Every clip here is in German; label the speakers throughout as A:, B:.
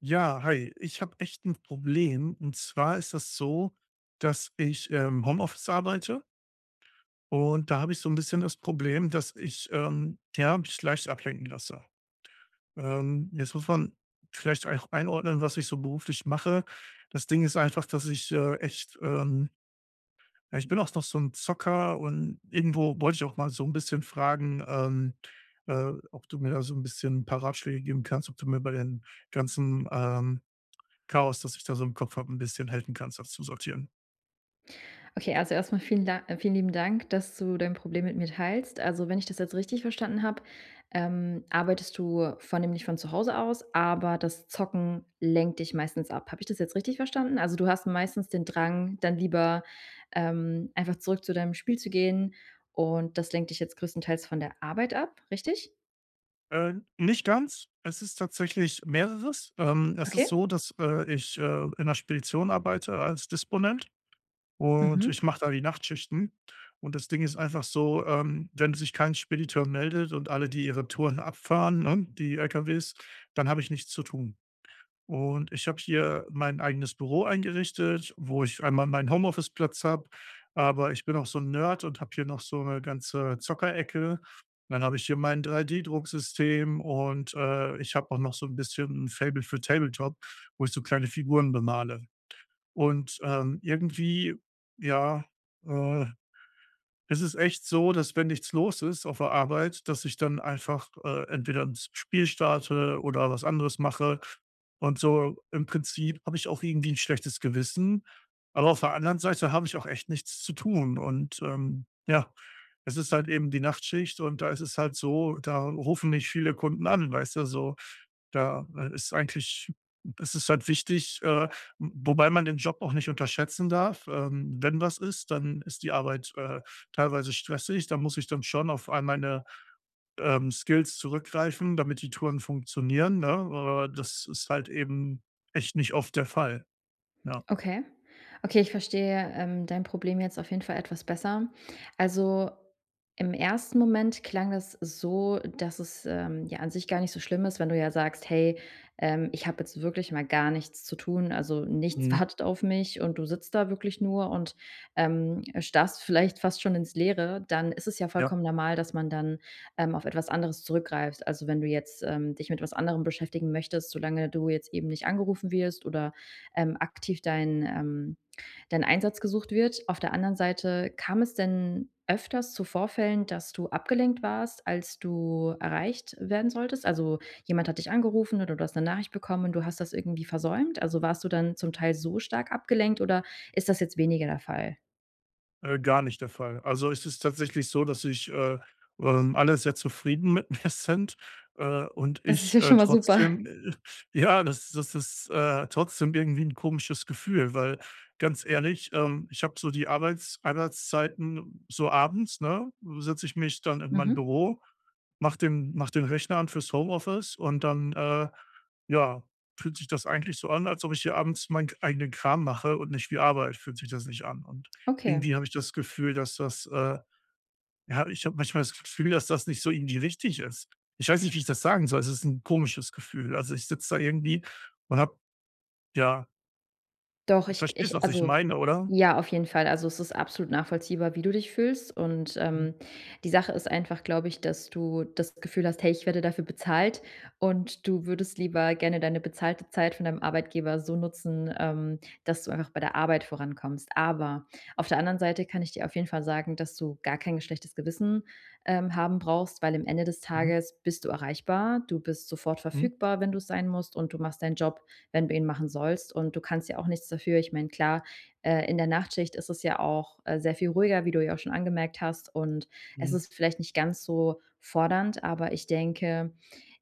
A: Ja, hi. Ich habe echt ein Problem. Und zwar ist das so, dass ich im Homeoffice arbeite und da habe ich so ein bisschen das Problem, dass ich, ja, mich leicht ablenken lasse. Jetzt muss man vielleicht auch einordnen, was ich so beruflich mache. Das Ding ist einfach, dass ich, echt, ja, ich bin auch noch so ein Zocker und irgendwo wollte ich auch mal so ein bisschen fragen, ob du mir da so 'n bisschen ein paar Ratschläge geben kannst, ob du mir bei den ganzen Chaos, das ich da so im Kopf habe, ein bisschen helfen kannst, das zu sortieren.
B: Okay, also erstmal vielen, vielen lieben Dank, dass du dein Problem mit mir teilst. Also, wenn ich das jetzt richtig verstanden habe, arbeitest du vornehmlich von zu Hause aus, aber das Zocken lenkt dich meistens ab. Habe ich das jetzt richtig verstanden? Also, du hast meistens den Drang, dann lieber einfach zurück zu deinem Spiel zu gehen und das lenkt dich jetzt größtenteils von der Arbeit ab, richtig?
A: Nicht ganz. Es ist tatsächlich mehreres. Es ist
B: Okay?
A: so, dass, ich, in der Spedition arbeite als Disponent. Und
B: Mhm.
A: ich mache da die Nachtschichten. Und das Ding ist einfach so, wenn sich kein Spediteur meldet und alle, die ihre Touren abfahren, ne, die LKWs, dann habe ich nichts zu tun. Und ich habe hier mein eigenes Büro eingerichtet, wo ich einmal meinen Homeoffice-Platz habe, aber ich bin auch so ein Nerd und habe hier noch so eine ganze Zockerecke. Dann habe ich hier mein 3D-Drucksystem und, ich habe auch noch so ein bisschen ein Faible für Tabletop, wo ich so kleine Figuren bemale. Und, ja, äh, es ist echt so, dass wenn nichts los ist auf der Arbeit, dass ich dann einfach, entweder 'n Spiel starte oder was anderes mache. Und so im Prinzip habe ich auch irgendwie ein schlechtes Gewissen, aber auf der anderen Seite habe ich auch echt nichts zu tun. Und, ja, es ist halt eben die Nachtschicht und da ist es halt so, da rufen nicht viele Kunden an, weißt du, so. Da, ist eigentlich es ist halt wichtig, wobei man den Job auch nicht unterschätzen darf. Wenn was ist, dann ist die Arbeit, teilweise stressig. Da muss ich dann schon auf all meine, Skills zurückgreifen, damit die Touren funktionieren, ne? Aber das ist halt eben echt nicht oft der Fall. Ja.
B: Okay. Okay, ich verstehe, dein Problem jetzt auf jeden Fall etwas besser. Also, im ersten Moment klang das so, dass es, ja an sich gar nicht so schlimm ist, wenn du ja sagst: „Hey, ich habe jetzt wirklich mal gar nichts zu tun, also, nichts
A: Mhm.
B: wartet auf mich“, und du sitzt da wirklich nur und, starrst vielleicht fast schon ins Leere, dann ist es ja
A: Ja.
B: vollkommen normal, dass man dann, auf etwas anderes zurückgreift. Also, wenn du jetzt, dich mit was anderem beschäftigen möchtest, solange du jetzt eben nicht angerufen wirst oder aktiv dein, dein Einsatz gesucht wird. Auf der anderen Seite, kam es denn öfters zu Vorfällen, dass du abgelenkt warst, als du erreicht werden solltest? Also jemand hat dich angerufen oder du hast eine Nachricht bekommen und du hast das irgendwie versäumt? Also warst du dann zum Teil so stark abgelenkt oder ist das jetzt weniger der Fall?
A: Gar nicht der Fall. Also, es ist tatsächlich so, dass ich, alle sehr zufrieden mit mir sind, und
B: Das ist
A: ich,
B: ja schon mal super.
A: trotzdem ja, das ist, trotzdem irgendwie ein komisches Gefühl, weil ganz ehrlich, ich habe so die Arbeitszeiten so abends, ne, setze ich mich dann in mein
B: Mhm.
A: Büro, mache den Rechner an fürs Homeoffice und dann, ja, fühlt sich das eigentlich so an, als ob ich hier abends meinen eigenen Kram mache und nicht wie Arbeit fühlt sich das nicht an und
B: Okay.
A: irgendwie habe ich das Gefühl, ja, ich habe manchmal das Gefühl, dass das nicht so irgendwie richtig ist. Ich weiß nicht, wie ich das sagen soll. Es ist ein komisches Gefühl. Also, ich sitze da irgendwie und habe ja,
B: Doch,
A: du
B: ich
A: verstehst,
B: ich
A: was ich
B: also
A: meine, oder?
B: ja, auf jeden Fall. Also, es ist absolut nachvollziehbar, wie du dich fühlst und,
A: Mhm,
B: die Sache ist einfach, glaube ich, dass du das Gefühl hast: „Hey, ich werde dafür bezahlt“, und du würdest lieber gerne deine bezahlte Zeit von deinem Arbeitgeber so nutzen, dass du einfach bei der Arbeit vorankommst. Aber auf der anderen Seite kann ich dir auf jeden Fall sagen, dass du gar kein schlechtes Gewissen, haben brauchst, weil am Ende des
A: mhm,
B: Tages bist du erreichbar, du bist sofort
A: mhm,
B: verfügbar, wenn du's sein musst, und du machst deinen Job, wenn du ihn machen sollst. Und du kannst ja auch nichts dafür. Ich meine, klar, in der Nachtschicht ist es ja auch sehr viel ruhiger, wie du ja auch schon angemerkt hast. Und es
A: mhm,
B: ist vielleicht nicht ganz so fordernd, aber ich denke,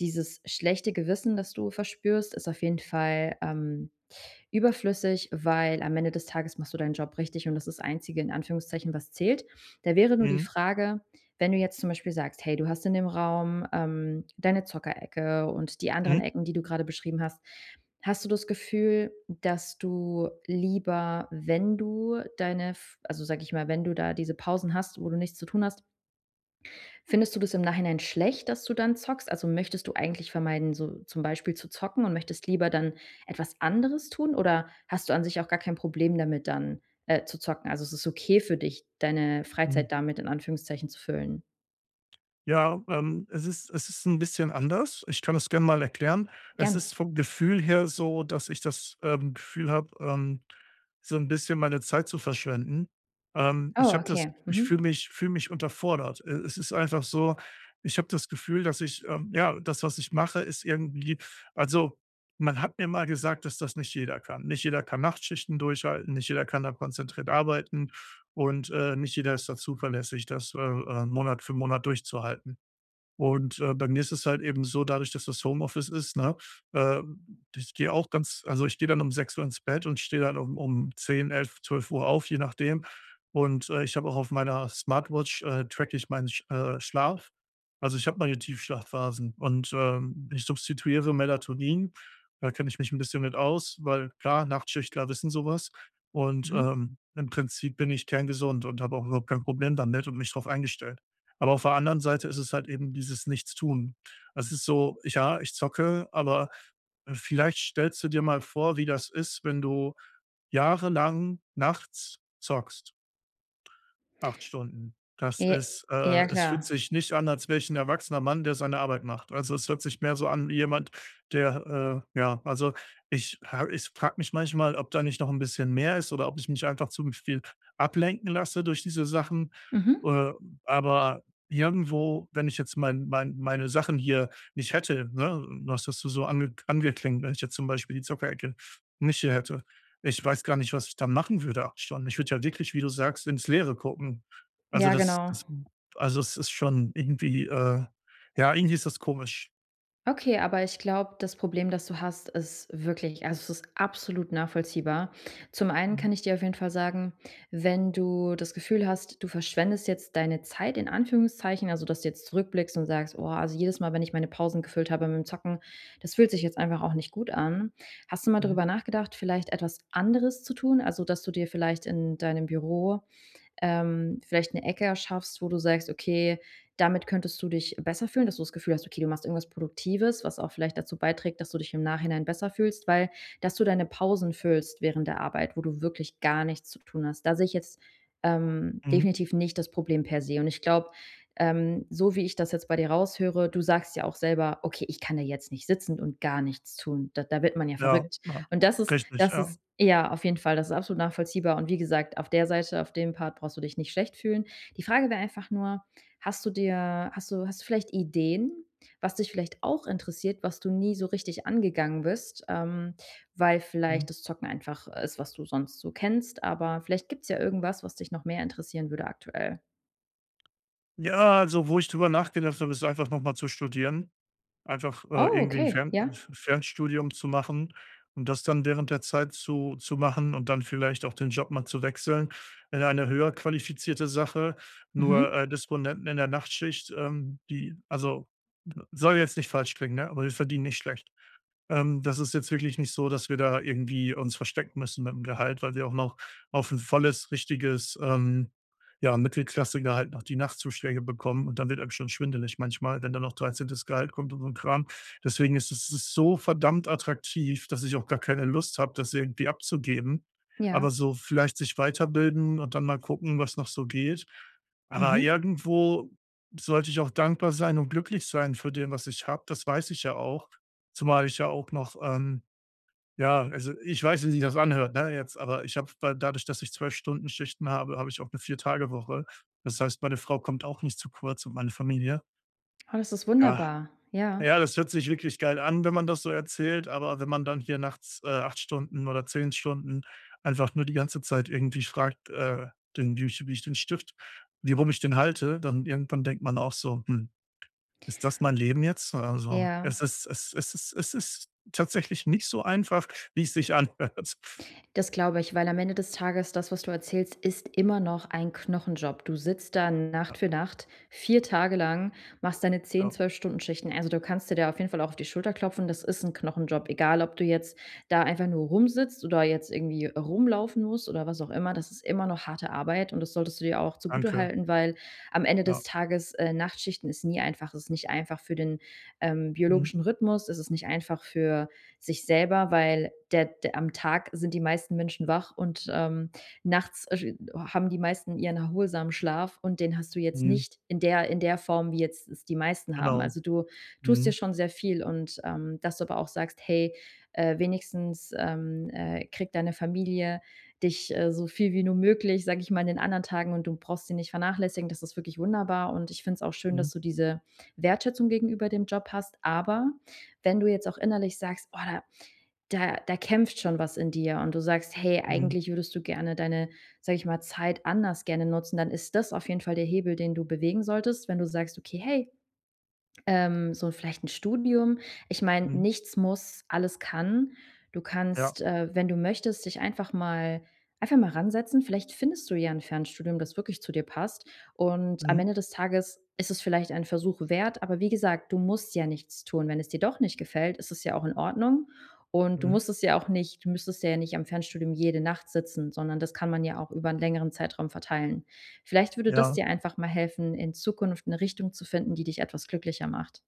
B: dieses schlechte Gewissen, das du verspürst, ist auf jeden Fall überflüssig, weil am Ende des Tages machst du deinen Job richtig und das ist das Einzige, in Anführungszeichen, was zählt. Da wäre nur die
A: mhm,
B: Frage, wenn du jetzt zum Beispiel sagst, hey, du hast in dem Raum, deine Zockerecke und die anderen
A: mhm,
B: Ecken, die du gerade beschrieben hast. Hast du das Gefühl, dass du lieber, wenn du deine f also, sage ich mal, wenn du da diese Pausen hast, wo du nichts zu tun hast, findest du das im Nachhinein schlecht, dass du dann zockst? Also, möchtest du eigentlich vermeiden, so zum Beispiel zu zocken und möchtest lieber dann etwas anderes tun? Oder hast du an sich auch gar kein Problem damit, dann, zu zocken? Also, es ist okay für dich, deine
A: mhm.
B: Freizeit damit in Anführungszeichen zu füllen?
A: Ja, es ist ein bisschen anders. Ich kann es gerne mal erklären. Es
B: Gern.
A: ist vom Gefühl her so, dass ich das, Gefühl habe, so ein bisschen meine Zeit zu verschwenden.
B: Oh,
A: Ich habe das
B: okay.
A: ich
B: Mhm.
A: fühle mich unterfordert. Es ist einfach so, ich habe das Gefühl, dass ich, ja, das, was ich mache, ist irgendwie also, man hat mir mal gesagt, dass das nicht jeder kann. Nicht jeder kann Nachtschichten durchhalten, nicht jeder kann da konzentriert arbeiten und, nicht jeder ist da zuverlässig, das, Monat für Monat durchzuhalten. Und, bei mir ist es halt eben so, dadurch, dass das Homeoffice ist, ne, ich gehe auch ganz also, ich gehe dann um 6 Uhr ins Bett und stehe dann um 10, 11, 12 Uhr auf, je nachdem. Und, ich habe auch auf meiner Smartwatch, tracke ich meinen Schlaf. Also, ich habe meine Tiefschlafphasen und, ich substituiere Melatonin. Da kenne ich mich ein bisschen mit aus, weil klar, Nachtschichtler wissen sowas. Und,
B: Mhm.
A: im Prinzip bin ich kerngesund und habe auch überhaupt kein Problem damit und mich darauf eingestellt. Aber auf der anderen Seite ist es halt eben dieses Nichtstun. Es ist so, ja, ich zocke, aber vielleicht stellst du dir mal vor, wie das ist, wenn du jahrelang nachts zockst. 8 Stunden. Das
B: J
A: ist
B: Ja,
A: es
B: klar.
A: fühlt sich nicht an, als wäre ich 'n erwachsener Mann, der seine Arbeit macht. Also, es hört sich mehr so an wie jemand, der, ja, also, ich frage mich manchmal, ob da nicht noch ein bisschen mehr ist oder ob ich mich einfach zu viel ablenken lasse durch diese Sachen.
B: Mhm.
A: Äh, aber irgendwo, wenn ich jetzt meine Sachen hier nicht hätte, ne? Du hast das so angeklängt, wenn ich jetzt zum Beispiel die Zockerecke nicht hier hätte. Ich weiß gar nicht, was ich da machen würde, 8 Stunden. Ich würde ja wirklich, wie du sagst, ins Leere gucken. Also,
B: Ja,
A: das
B: genau.
A: das also, es ist schon irgendwie, ja, irgendwie ist das komisch.
B: Okay, aber ich glaube, das Problem, das du hast, ist wirklich also, es ist absolut nachvollziehbar. Zum einen
A: Mhm,
B: kann ich dir auf jeden Fall sagen, wenn du das Gefühl hast, du verschwendest jetzt deine Zeit in Anführungszeichen, also, dass du jetzt zurückblickst und sagst: „Oh, also, jedes Mal, wenn ich meine Pausen gefüllt habe mit dem Zocken, das fühlt sich jetzt einfach auch nicht gut an.“ Hast du mal
A: mhm,
B: darüber nachgedacht, vielleicht etwas anderes zu tun? Also, dass du dir vielleicht in deinem Büro vielleicht eine Ecke schaffst, wo du sagst: „Okay, damit könntest du dich besser fühlen“, dass du das Gefühl hast, okay, du machst irgendwas Produktives, was auch vielleicht dazu beiträgt, dass du dich im Nachhinein besser fühlst, weil dass du deine Pausen füllst während der Arbeit, wo du wirklich gar nichts zu tun hast. Da sehe ich jetzt,
A: mhm.
B: definitiv nicht das Problem per se. Und ich glaube, so wie ich das jetzt bei dir raushöre, du sagst ja auch selber: „Okay, ich kann da jetzt nicht sitzen und gar nichts tun.“ Da wird man ja
A: Ja,
B: verrückt.
A: ja,
B: Und
A: richtig,
B: das
A: ja.
B: ist ja, auf jeden Fall, das ist absolut nachvollziehbar. Und wie gesagt, auf der Seite, auf dem Part brauchst du dich nicht schlecht fühlen. Die Frage wäre einfach nur, hast du dir hast du vielleicht Ideen, was dich vielleicht auch interessiert, was du nie so richtig angegangen bist, weil
A: Mhm.
B: vielleicht das Zocken einfach ist, was du sonst so kennst, aber vielleicht gibt's ja irgendwas, was dich noch mehr interessieren würde aktuell.
A: Ja, also, wo ich drüber nachgedacht habe, ist einfach nochmal zu studieren. Einfach,
B: Oh,
A: irgendwie ein
B: okay, ja.
A: Fernstudium zu machen und das dann während der Zeit zu machen und dann vielleicht auch den Job mal zu wechseln in eine höher qualifizierte Sache.
B: Mhm.
A: Nur, Disponenten in der Nachtschicht, die also, soll jetzt nicht falsch klingen, ne, aber wir verdienen nicht schlecht. Das ist jetzt wirklich nicht so, dass wir da irgendwie uns verstecken müssen mit dem Gehalt, weil wir auch noch auf ein volles, richtiges, ja, Mittelklassler halt noch die Nachtzuschläge bekommen und dann wird einem schon schwindelig manchmal, wenn dann noch 13. Gehalt kommt und so 'n Kram. Deswegen ist es es ist so verdammt attraktiv, dass ich auch gar keine Lust habe, das irgendwie abzugeben. Aber
B: Ja.
A: so vielleicht sich weiterbilden und dann mal gucken, was noch so geht. Aber
B: Mhm.
A: irgendwo sollte ich auch dankbar sein und glücklich sein für dem, was ich habe. Das weiß ich ja auch, zumal ich ja auch noch, ja, also, ich weiß, wie sich das anhört, ne, jetzt, aber ich habe dadurch, dass ich 12 Stunden-Schichten habe, habe ich auch eine 4 Tage Woche. Das heißt, meine Frau kommt auch nicht zu kurz und meine Familie.
B: Oh, das ist
A: Ja.
B: wunderbar. Ja.
A: Ja, das hört sich wirklich geil an, wenn man das so erzählt, aber wenn man dann hier nachts, 8 Stunden oder 10 Stunden einfach nur die ganze Zeit irgendwie fragt, den wie ich den Stift wie rum ich den halte, dann irgendwann denkt man auch so: „Hm, ist das mein Leben jetzt?" Also, es
B: Ja.
A: ist es es ist es ist tatsächlich nicht so einfach, wie es sich anhört. Ja.
B: Das glaube ich, weil am Ende des Tages das, was du erzählst, ist immer noch ein Knochenjob. Du sitzt da Nacht für Nacht, 4 Tage lang, machst deine zehn,
A: Ja,
B: 12 Stunden Schichten. Also, du kannst dir da auf jeden Fall auch auf die Schulter klopfen, das ist ein Knochenjob. Egal, ob du jetzt da einfach nur rumsitzt oder jetzt irgendwie rumlaufen musst oder was auch immer, das ist immer noch harte Arbeit und das solltest du dir auch zugute
A: danke.
B: halten, weil am Ende des
A: Ja.
B: Tages, Nachtschichten ist nie einfach. Es ist nicht einfach für den,
A: Mhm.
B: biologischen Rhythmus, es ist nicht einfach für sich selber, weil der der am Tag sind die meisten Menschen wach und, nachts sch haben die meisten ihren erholsamen Schlaf, und den hast du jetzt
A: Mhm.
B: nicht in der Form, wie jetzt es die meisten haben.
A: Genau.
B: Also, du tust dir
A: Mhm.
B: schon sehr viel, und, dass du aber auch sagst: „Hey, wenigstens, kriegt deine Familie dich, so viel wie nur möglich, sage ich mal, in den anderen Tagen und du brauchst sie nicht vernachlässigen.“ Das ist wirklich wunderbar und ich finde es auch schön,
A: Mhm.
B: dass du diese Wertschätzung gegenüber dem Job hast, aber wenn du jetzt auch innerlich sagst, oh, da kämpft schon was in dir und du sagst: „Hey,
A: Mhm.
B: eigentlich würdest du gerne deine, sag ich mal, Zeit anders gerne nutzen“, dann ist das auf jeden Fall der Hebel, den du bewegen solltest. Wenn du sagst: „Okay, hey, so vielleicht ein Studium. Ich meine,
A: Mhm.
B: nichts muss, alles kann. Du
A: Ja.
B: kannst, wenn du möchtest, dich einfach mal ransetzen. Vielleicht findest du ja ein Fernstudium, das wirklich zu dir passt. Und am
A: Mhm.
B: Ende des Tages ist es vielleicht ein Versuch wert, aber wie gesagt, du musst ja nichts tun. Wenn es dir doch nicht gefällt, ist es ja auch in Ordnung. Und
A: Mhm.
B: du müsstest ja nicht am Fernstudium jede Nacht sitzen, sondern das kann man ja auch über einen längeren Zeitraum verteilen. Vielleicht würde das
A: Ja.
B: dir einfach mal helfen, in Zukunft eine Richtung zu finden, die dich etwas glücklicher macht.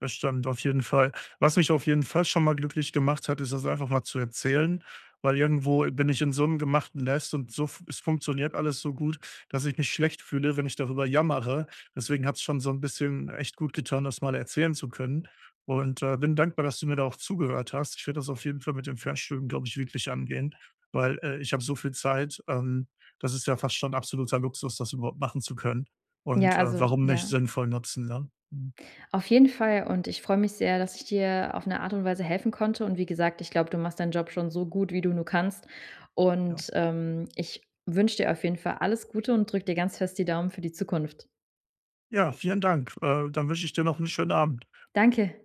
A: Das stimmt, auf jeden Fall. Was mich auf jeden Fall schon mal glücklich gemacht hat, ist das einfach mal zu erzählen, weil irgendwo bin ich in so einem gemachten Nest und so f es funktioniert alles so gut, dass ich mich schlecht fühle, wenn ich darüber jammere. Deswegen hat es schon so ein bisschen echt gut getan, das mal erzählen zu können und, bin dankbar, dass du mir da auch zugehört hast. Ich werde das auf jeden Fall mit dem Fernstudium, glaube ich, wirklich angehen, weil, ich habe so viel Zeit, das ist ja fast schon absoluter Luxus, das überhaupt machen zu können
B: Ja,
A: und, warum nicht sinnvoll nutzen, ne? Mhm,
B: auf jeden Fall, und ich freue mich sehr, dass ich dir auf eine Art und Weise helfen konnte und wie gesagt, ich glaube, du machst deinen Job schon so gut, wie du nur kannst
A: ja.
B: und, ich wünsche dir auf jeden Fall alles Gute und drücke dir ganz fest die Daumen für die Zukunft.
A: Ja, vielen Dank. Dann wünsche ich dir noch einen schönen Abend.
B: Danke.